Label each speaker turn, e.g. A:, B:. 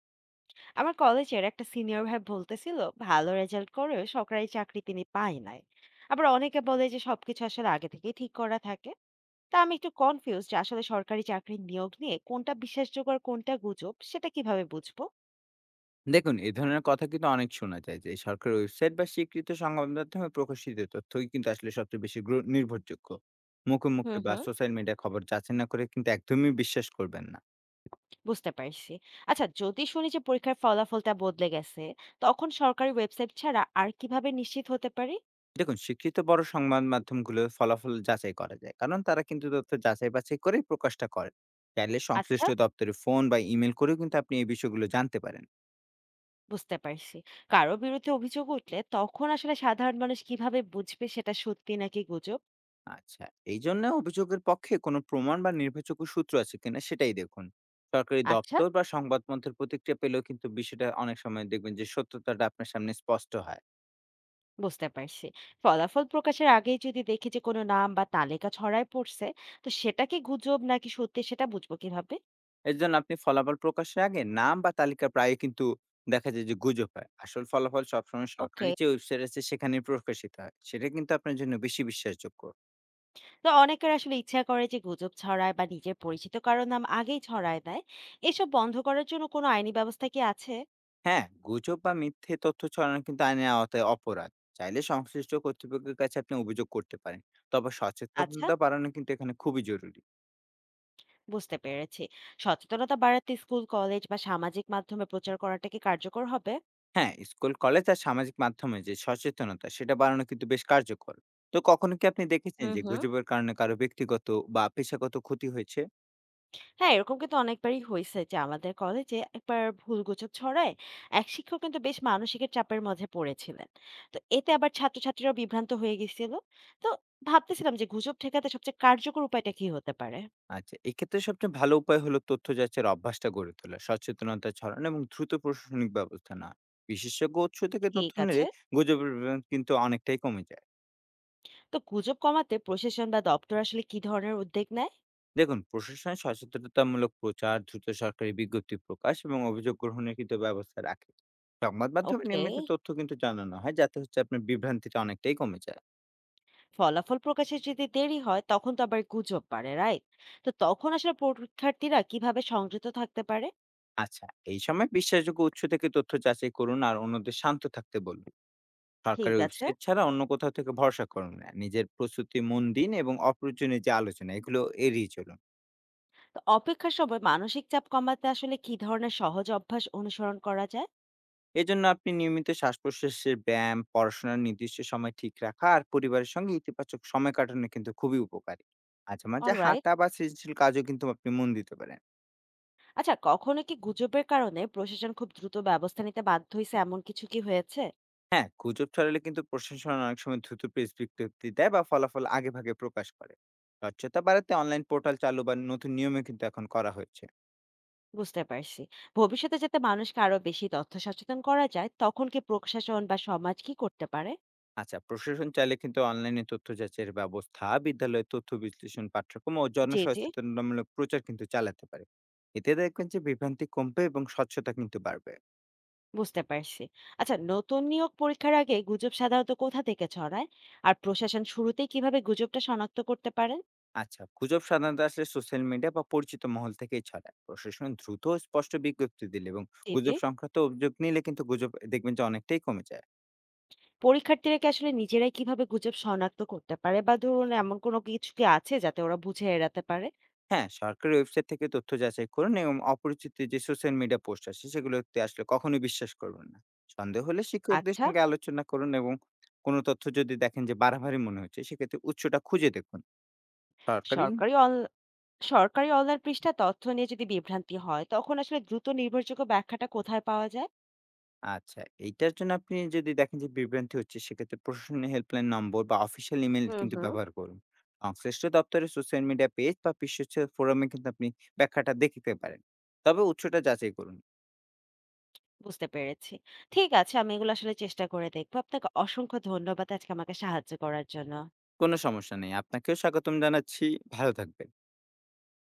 A: আমার কলেজের একটা সিনিয়র ভাই বলতেছিল ভালো রেজাল্ট করেও সরকারি চাকরি তিনি পায় নাই। আবার অনেকে বলে যে সবকিছু আসলে আগে থেকেই ঠিক করা থাকে। তা আমি একটু কনফিউজ যে আসলে সরকারি চাকরির নিয়োগ নিয়ে কোনটা বিশ্বাসযোগ্য আর কোনটা গুজব সেটা কিভাবে বুঝবো।
B: দেখুন, এ ধরনের কথা কিন্তু অনেক শোনা যায় যে সরকারি ওয়েবসাইট বা স্বীকৃত সংবাদ মাধ্যমে প্রকাশিত তথ্যই কিন্তু আসলে সবচেয়ে বেশি নির্ভরযোগ্য। মুখে
A: হুম
B: বা
A: হুম।
B: সোশ্যাল মিডিয়া খবর যাচাই না করে কিন্তু একদমই বিশ্বাস করবেন না।
A: বুঝতে পারছি। আচ্ছা যদি শুনি যে পরীক্ষার ফলাফলটা বদলে গেছে, তখন সরকারি ওয়েবসাইট ছাড়া আর কিভাবে নিশ্চিত হতে পারি?
B: দেখুন, স্বীকৃত বড় সংবাদ মাধ্যমগুলোর ফলাফল যাচাই করা যায়। কারণ তারা কিন্তু তথ্য যাচাই-বাছাই করেই প্রকাশটা করে। চাইলে
A: আচ্ছা,
B: সংশ্লিষ্ট দপ্তরে ফোন বা ইমেইল করেও কিন্তু আপনি এই বিষয়গুলো জানতে পারেন।
A: বুঝতে পারছি। কারো বিরুদ্ধে অভিযোগ উঠলে তখন আসলে সাধারণ মানুষ কিভাবে বুঝবে সেটা সত্যি নাকি গুজব?
B: আচ্ছা, এই জন্য অভিযোগের পক্ষে কোনো প্রমাণ বা নির্ভরযোগ্য সূত্র আছে কিনা সেটাই দেখুন। সরকারি
A: আচ্ছা,
B: দপ্তর বা সংবাদ মাধ্যমের প্রতিক্রিয়া পেলেও কিন্তু বিষয়টা অনেক সময় দেখবেন যে সত্যতাটা আপনার সামনে স্পষ্ট হয়।
A: বুঝতে পারছি। ফলাফল প্রকাশের আগেই যদি দেখি যে কোনো নাম বা তালিকা ছড়ায় পড়ছে, তো সেটা কি গুজব নাকি সত্যি সেটা বুঝবো কিভাবে?
B: এর জন্য আপনি ফলাফল প্রকাশের আগে নাম বা তালিকা প্রায় কিন্তু দেখা যায় যে গুজব হয়, আসল ফলাফল সবসময়
A: ওকে,
B: সরকারি যে ওয়েবসাইট আছে সেখানে প্রকাশিত হয়, সেটা কিন্তু আপনার জন্য বেশি বিশ্বাসযোগ্য।
A: তো অনেকের আসলে ইচ্ছা করে যে গুজব ছড়ায় বা নিজের পরিচিত কারো নাম আগেই ছড়ায় দেয়। এসব বন্ধ করার জন্য কোনো আইনি ব্যবস্থা কি আছে?
B: হ্যাঁ, গুজব বা মিথ্যে তথ্য ছড়ানো কিন্তু আইনের আওতায় অপরাধ। চাইলে সংশ্লিষ্ট কর্তৃপক্ষের কাছে আপনি অভিযোগ করতে পারেন। তবে
A: আচ্ছা,
B: সচেতনতা বাড়ানো কিন্তু এখানে খুবই জরুরি।
A: বুঝতে পেরেছি। সচেতনতা বাড়াতে স্কুল, কলেজ বা সামাজিক মাধ্যমে প্রচার করাটা কি কার্যকর হবে?
B: হ্যাঁ, স্কুল, কলেজ আর সামাজিক মাধ্যমে যে সচেতনতা সেটা বাড়ানো কিন্তু বেশ কার্যকর। তো কখনো কি আপনি দেখেছেন
A: হুম
B: যে
A: হুম।
B: গুজবের কারণে কারো ব্যক্তিগত বা পেশাগত ক্ষতি হয়েছে?
A: হ্যাঁ, এরকম কিন্তু অনেকবারই হইছে যে আমাদের কলেজে একবার ভুল গুজব ছড়ায় এক শিক্ষক কিন্তু বেশ মানসিক চাপের মাঝে পড়েছিলেন। তো এতে আবার ছাত্রছাত্রীরাও বিভ্রান্ত হয়ে গেছিল। তো ভাবতেছিলাম যে গুজব ঠেকাতে সবচেয়ে কার্যকর উপায়টা কি হতে পারে।
B: আচ্ছা, এক্ষেত্রে সবচেয়ে ভালো উপায় হলো তথ্য যাচাইয়ের অভ্যাসটা গড়ে তোলা, সচেতনতা ছড়ানো এবং দ্রুত প্রশাসনিক ব্যবস্থা নেওয়া। বিশেষজ্ঞ উৎস থেকে তথ্য
A: ঠিক আছে।
B: নিলে গুজবের বিভ্রান্তি কিন্তু অনেকটাই কমে যায়।
A: তো গুজব কমাতে প্রশাসন বা দপ্তর আসলে কি ধরনের উদ্যোগ নেয়?
B: দেখুন, প্রশাসন সচেতনতামূলক প্রচার, দ্রুত সরকারি বিজ্ঞপ্তি প্রকাশ এবং অভিযোগ গ্রহণের কিন্তু ব্যবস্থা রাখে। সংবাদ মাধ্যমে
A: ওকে,
B: নিয়মিত তথ্য কিন্তু জানানো হয়, যাতে হচ্ছে আপনার বিভ্রান্তিটা অনেকটাই কমে যায়।
A: ফলাফল প্রকাশে যদি দেরি হয় তখন তো আবার গুজব পারে, রাইট? তো তখন আসলে পরীক্ষার্থীরা কিভাবে সংযত থাকতে পারে?
B: আচ্ছা, এই সময় বিশ্বাসযোগ্য উৎস থেকে তথ্য যাচাই করুন আর অন্যদের শান্ত থাকতে বলুন।
A: ঠিক
B: সরকারি
A: আছে।
B: ওয়েবসাইট ছাড়া অন্য কোথাও থেকে ভরসা করুন না, নিজের প্রস্তুতি মন দিন এবং অপ্রয়োজনীয় যে আলোচনা এগুলো এড়িয়ে চলুন।
A: তো অপেক্ষার সময় মানসিক চাপ কমাতে আসলে কি ধরনের সহজ অভ্যাস অনুসরণ করা যায়?
B: এজন্য আপনি নিয়মিত শ্বাস-প্রশ্বাসের ব্যায়াম, পড়াশোনার নির্দিষ্ট সময় ঠিক রাখা আর পরিবারের সঙ্গে ইতিবাচক সময় কাটানো কিন্তু খুবই উপকারী। মাঝে
A: অলরাইট।
B: হাঁটা বা সৃজনশীল কাজেও কিন্তু আপনি মন দিতে পারেন।
A: আচ্ছা কখনো কি গুজবের কারণে প্রশাসন খুব দ্রুত ব্যবস্থা নিতে বাধ্য হইছে এমন কিছু কি হয়েছে?
B: হ্যাঁ, গুজব ছড়ালে কিন্তু প্রশাসন অনেক সময় দ্রুত প্রেস বিজ্ঞপ্তি দেয় বা ফলাফল আগেভাগে প্রকাশ করে। স্বচ্ছতা বাড়াতে অনলাইন পোর্টাল চালু বা নতুন নিয়মে কিন্তু এখন করা হয়েছে।
A: বুঝতে পারছি। ভবিষ্যতে যাতে মানুষকে আরো বেশি তথ্য সচেতন করা যায় তখন কি প্রশাসন বা সমাজ কি করতে পারে?
B: আচ্ছা, প্রশাসন চাইলে কিন্তু অনলাইনে তথ্য যাচাইয়ের ব্যবস্থা, বিদ্যালয়ে তথ্য বিশ্লেষণ, পাঠ্যক্রম ও
A: জি, জি।
B: জনসচেতনতামূলক প্রচার কিন্তু চালাতে পারে। এতে দেখবেন যে বিভ্রান্তি কমবে এবং স্বচ্ছতা কিন্তু বাড়বে।
A: বুঝতে পারছি। আচ্ছা নতুন নিয়োগ পরীক্ষার আগে গুজব সাধারণত কোথা থেকে ছড়ায়? আর প্রশাসন শুরুতেই কিভাবে গুজবটা শনাক্ত করতে পারে?
B: আচ্ছা, গুজব সাধারণত আসলে সোশ্যাল মিডিয়া বা পরিচিত মহল থেকেই ছড়ায়। প্রশাসন দ্রুত ও স্পষ্ট বিজ্ঞপ্তি দিলে এবং
A: জি, জি।
B: গুজব সংক্রান্ত অভিযোগ নিলে কিন্তু গুজব দেখবেন যে অনেকটাই কমে যায়।
A: পরীক্ষার্থীরা কি আসলে নিজেরাই কিভাবে গুজব শনাক্ত করতে পারে বা ধরুন এমন কোনো কিছু কি আছে যাতে ওরা বুঝে এড়াতে পারে?
B: হ্যাঁ, সরকারি ওয়েবসাইট থেকে তথ্য যাচাই করুন এবং অপরিচিত যে সোশ্যাল মিডিয়া পোস্ট আছে সেগুলোতে আসলে কখনোই বিশ্বাস করবেন না। সন্দেহ হলে শিক্ষকদের
A: আচ্ছা,
B: সঙ্গে আলোচনা করুন এবং কোনো তথ্য যদি দেখেন যে বাড়াবাড়ি মনে হচ্ছে সেক্ষেত্রে উৎসটা খুঁজে দেখুন। সরকারি
A: সরকারি অন সরকারি অনলাইন পৃষ্ঠা তথ্য নিয়ে যদি বিভ্রান্তি হয়, তখন আসলে দ্রুত নির্ভরযোগ্য ব্যাখ্যাটা কোথায় পাওয়া যায়?
B: আচ্ছা, এইটার জন্য আপনি যদি দেখেন যে বিভ্রান্তি হচ্ছে সেক্ষেত্রে প্রশাসনের হেল্পলাইন নম্বর বা অফিসিয়াল ইমেইল
A: হুম
B: কিন্তু
A: হুম।
B: ব্যবহার করুন। সংশ্লিষ্ট দপ্তরের সোশ্যাল মিডিয়া পেজ বা বিশ্বস্ত ফোরামে কিন্তু আপনি ব্যাখ্যাটা দেখতে পারেন। তবে উৎসটা যাচাই করুন।
A: বুঝতে পেরেছি। ঠিক আছে, আমি এগুলো আসলে চেষ্টা করে দেখবো। আপনাকে অসংখ্য ধন্যবাদ আজকে আমাকে সাহায্য করার জন্য।
B: কোনো সমস্যা নেই। আপনাকেও স্বাগতম জানাচ্ছি। ভালো থাকবেন।